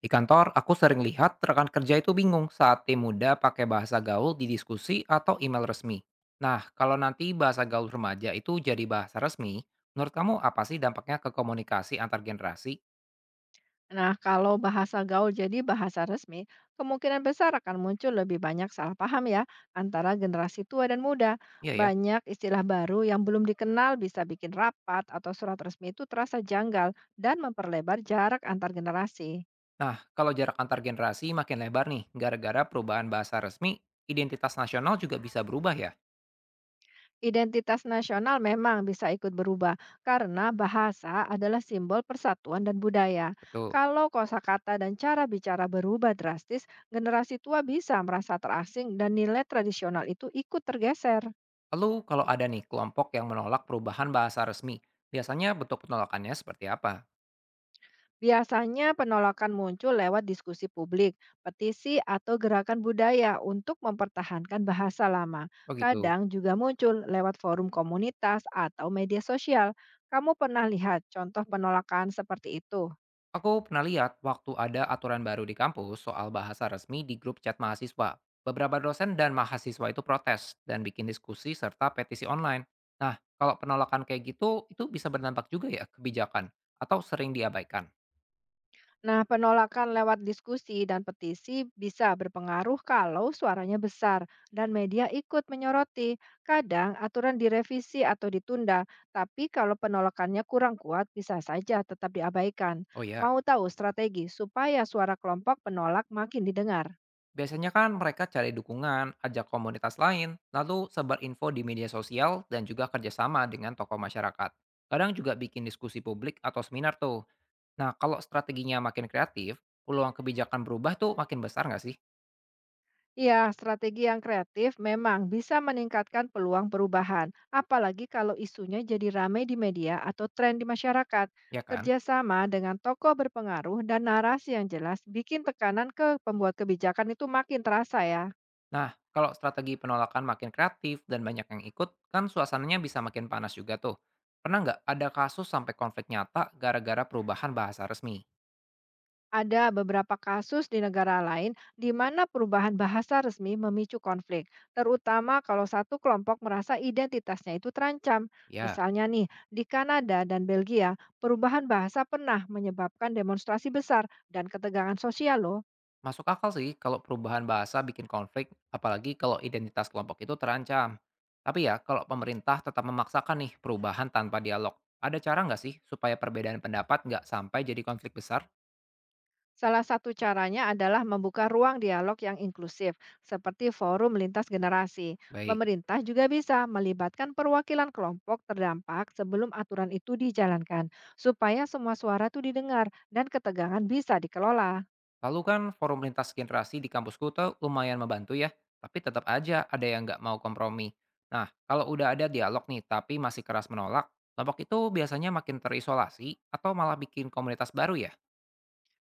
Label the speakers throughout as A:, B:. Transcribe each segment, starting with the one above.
A: Di kantor, aku sering lihat rekan kerja itu bingung saat tim muda pakai bahasa gaul di diskusi atau email resmi. Nah, kalau nanti bahasa gaul remaja itu jadi bahasa resmi, menurut kamu apa sih dampaknya ke komunikasi antar generasi?
B: Nah, kalau bahasa gaul jadi bahasa resmi, kemungkinan besar akan muncul lebih banyak salah paham ya antara generasi tua dan muda.
A: Iya ya.
B: Banyak istilah baru yang belum dikenal bisa bikin rapat atau surat resmi itu terasa janggal dan memperlebar jarak antar generasi.
A: Nah, kalau jarak antar generasi makin lebar nih, gara-gara perubahan bahasa resmi, identitas nasional juga bisa berubah ya?
B: Identitas nasional memang bisa ikut berubah karena bahasa adalah simbol persatuan dan budaya.
A: Betul.
B: Kalau kosakata dan cara bicara berubah drastis, generasi tua bisa merasa terasing dan nilai tradisional itu ikut tergeser.
A: Lalu kalau ada nih kelompok yang menolak perubahan bahasa resmi, biasanya bentuk penolakannya seperti apa?
B: Biasanya penolakan muncul lewat diskusi publik, petisi, atau gerakan budaya untuk mempertahankan bahasa lama.
A: Oh gitu.
B: Kadang juga muncul lewat forum komunitas atau media sosial. Kamu pernah lihat contoh penolakan seperti itu?
A: Aku pernah lihat waktu ada aturan baru di kampus soal bahasa resmi di grup chat mahasiswa. Beberapa dosen dan mahasiswa itu protes dan bikin diskusi serta petisi online. Nah, kalau penolakan kayak gitu, itu bisa berdampak juga ya ke kebijakan atau sering diabaikan.
B: Nah, penolakan lewat diskusi dan petisi bisa berpengaruh kalau suaranya besar dan media ikut menyoroti. Kadang aturan direvisi atau ditunda, tapi kalau penolakannya kurang kuat bisa saja tetap diabaikan.
A: Oh ya,
B: Mau tahu strategi supaya suara kelompok penolak makin didengar?
A: biasanya kan mereka cari dukungan, ajak komunitas lain, lalu sebar info di media sosial dan juga kerjasama dengan tokoh masyarakat. Kadang juga bikin diskusi publik atau seminar tuh. Nah, kalau strateginya makin kreatif, peluang kebijakan berubah tuh makin besar nggak sih?
B: Iya, strategi yang kreatif memang bisa meningkatkan peluang perubahan, apalagi kalau isunya jadi ramai di media atau tren di masyarakat.
A: Ya kan?
B: Kerjasama dengan tokoh berpengaruh dan narasi yang jelas bikin tekanan ke pembuat kebijakan itu makin terasa ya.
A: Nah, kalau strategi penolakan makin kreatif dan banyak yang ikut, kan suasananya bisa makin panas juga tuh. Pernah nggak ada kasus sampai konflik nyata gara-gara perubahan bahasa resmi?
B: Ada beberapa kasus di negara lain di mana perubahan bahasa resmi memicu konflik, terutama kalau satu kelompok merasa identitasnya itu terancam.
A: Ya,
B: Misalnya nih, di Kanada dan Belgia, perubahan bahasa pernah menyebabkan demonstrasi besar dan ketegangan sosial loh.
A: masuk akal sih kalau perubahan bahasa bikin konflik, apalagi kalau identitas kelompok itu terancam. Tapi ya, kalau pemerintah tetap memaksakan nih perubahan tanpa dialog, ada cara nggak sih supaya perbedaan pendapat nggak sampai jadi konflik besar?
B: Salah satu caranya adalah membuka ruang dialog yang inklusif, seperti forum lintas generasi.
A: Baik.
B: Pemerintah juga bisa melibatkan perwakilan kelompok terdampak sebelum aturan itu dijalankan, supaya semua suara itu didengar dan ketegangan bisa dikelola.
A: Lalu kan forum lintas generasi di kampusku tuh lumayan membantu ya, tapi tetap aja ada yang nggak mau kompromi. Nah, kalau udah ada dialog nih tapi masih keras menolak, kelompok itu biasanya makin terisolasi atau malah bikin komunitas baru ya?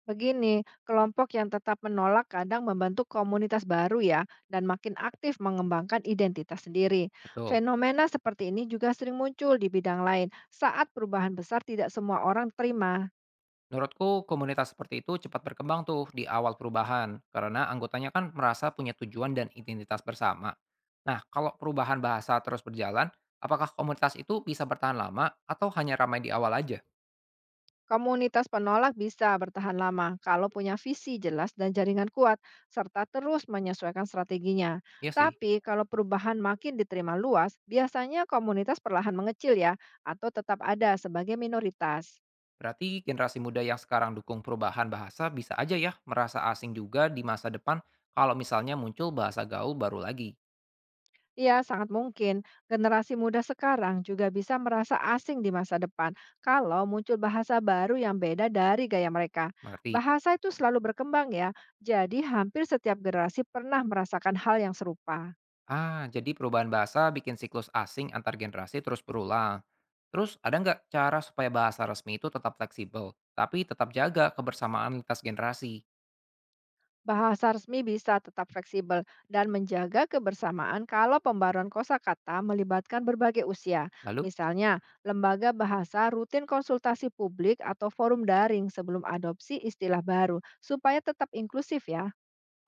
B: Begini, kelompok yang tetap menolak kadang membentuk komunitas baru ya, dan makin aktif mengembangkan identitas sendiri.
A: Betul.
B: Fenomena seperti ini juga sering muncul di bidang lain saat perubahan besar tidak semua orang terima.
A: Menurutku komunitas seperti itu cepat berkembang tuh di awal perubahan, karena anggotanya kan merasa punya tujuan dan identitas bersama. Nah, kalau perubahan bahasa terus berjalan, apakah komunitas itu bisa bertahan lama atau hanya ramai di awal aja?
B: Komunitas penolak bisa bertahan lama kalau punya visi jelas dan jaringan kuat, serta terus menyesuaikan strateginya.
A: Iya sih.
B: Tapi kalau perubahan makin diterima luas, biasanya komunitas perlahan mengecil ya, atau tetap ada sebagai minoritas.
A: Berarti generasi muda yang sekarang dukung perubahan bahasa bisa aja ya merasa asing juga di masa depan kalau misalnya muncul bahasa gaul baru lagi.
B: Ya, sangat mungkin generasi muda sekarang juga bisa merasa asing di masa depan kalau muncul bahasa baru yang beda dari gaya mereka.
A: Mengerti?
B: Bahasa itu selalu berkembang ya, jadi hampir setiap generasi pernah merasakan hal yang serupa.
A: Ah, jadi perubahan bahasa bikin siklus asing antar generasi terus berulang. Terus ada nggak cara supaya bahasa resmi itu tetap fleksibel, tapi tetap jaga kebersamaan lintas generasi?
B: Bahasa resmi bisa tetap fleksibel dan menjaga kebersamaan kalau pembaruan kosakata melibatkan berbagai usia.
A: Lalu,
B: Misalnya, lembaga bahasa rutin konsultasi publik atau forum daring sebelum adopsi istilah baru supaya tetap inklusif ya.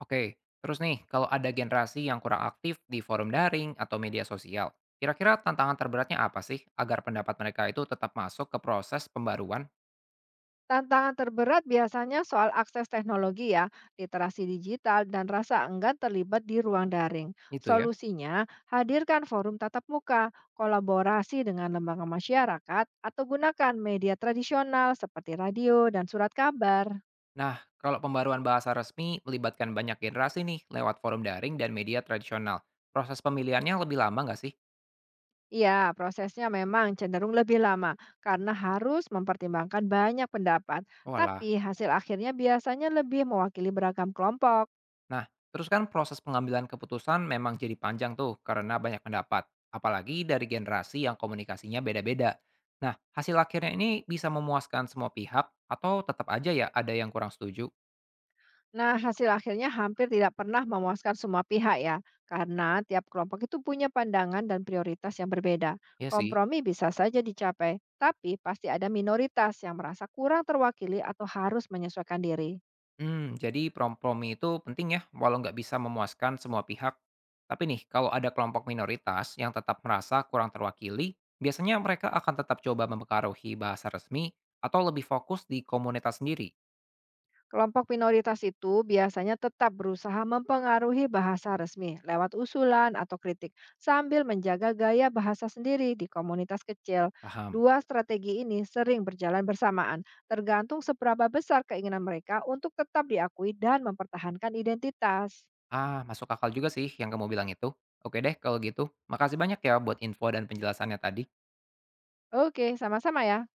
A: oke, terus nih kalau ada generasi yang kurang aktif di forum daring atau media sosial, kira-kira tantangan terberatnya apa sih agar pendapat mereka itu tetap masuk ke proses pembaruan?
B: Tantangan terberat biasanya soal akses teknologi ya, literasi digital, dan rasa enggan terlibat di ruang daring.
A: Itu ya.
B: Solusinya, hadirkan forum tatap muka, kolaborasi dengan lembaga masyarakat, atau gunakan media tradisional seperti radio dan surat kabar.
A: Nah, kalau pembaruan bahasa resmi melibatkan banyak generasi nih lewat forum daring dan media tradisional, proses pemilihannya lebih lama nggak sih?
B: Iya, prosesnya memang cenderung lebih lama karena harus mempertimbangkan banyak pendapat, tapi
A: Walah.
B: hasil akhirnya biasanya lebih mewakili beragam kelompok.
A: Nah, terus kan proses pengambilan keputusan memang jadi panjang tuh karena banyak pendapat, apalagi dari generasi yang komunikasinya beda-beda. Nah, hasil akhirnya ini bisa memuaskan semua pihak atau tetap aja ya ada yang kurang setuju?
B: Nah, hasil akhirnya hampir tidak pernah memuaskan semua pihak ya, karena tiap kelompok itu punya pandangan dan prioritas yang berbeda.
A: Ya sih.
B: Kompromi bisa saja dicapai, tapi pasti ada minoritas yang merasa kurang terwakili atau harus menyesuaikan diri.
A: Mmm, jadi kompromi itu penting ya, walau nggak bisa memuaskan semua pihak. Tapi nih, kalau ada kelompok minoritas yang tetap merasa kurang terwakili, biasanya mereka akan tetap coba mempengaruhi bahasa resmi atau lebih fokus di komunitas sendiri.
B: Kelompok minoritas itu biasanya tetap berusaha mempengaruhi bahasa resmi lewat usulan atau kritik, sambil menjaga gaya bahasa sendiri di komunitas kecil.
A: Paham.
B: Dua strategi ini sering berjalan bersamaan, tergantung seberapa besar keinginan mereka untuk tetap diakui dan mempertahankan identitas.
A: Ah, masuk akal juga sih yang kamu bilang itu. Oke deh kalau gitu, makasih banyak ya buat info dan penjelasannya tadi.
B: Oke, sama-sama ya.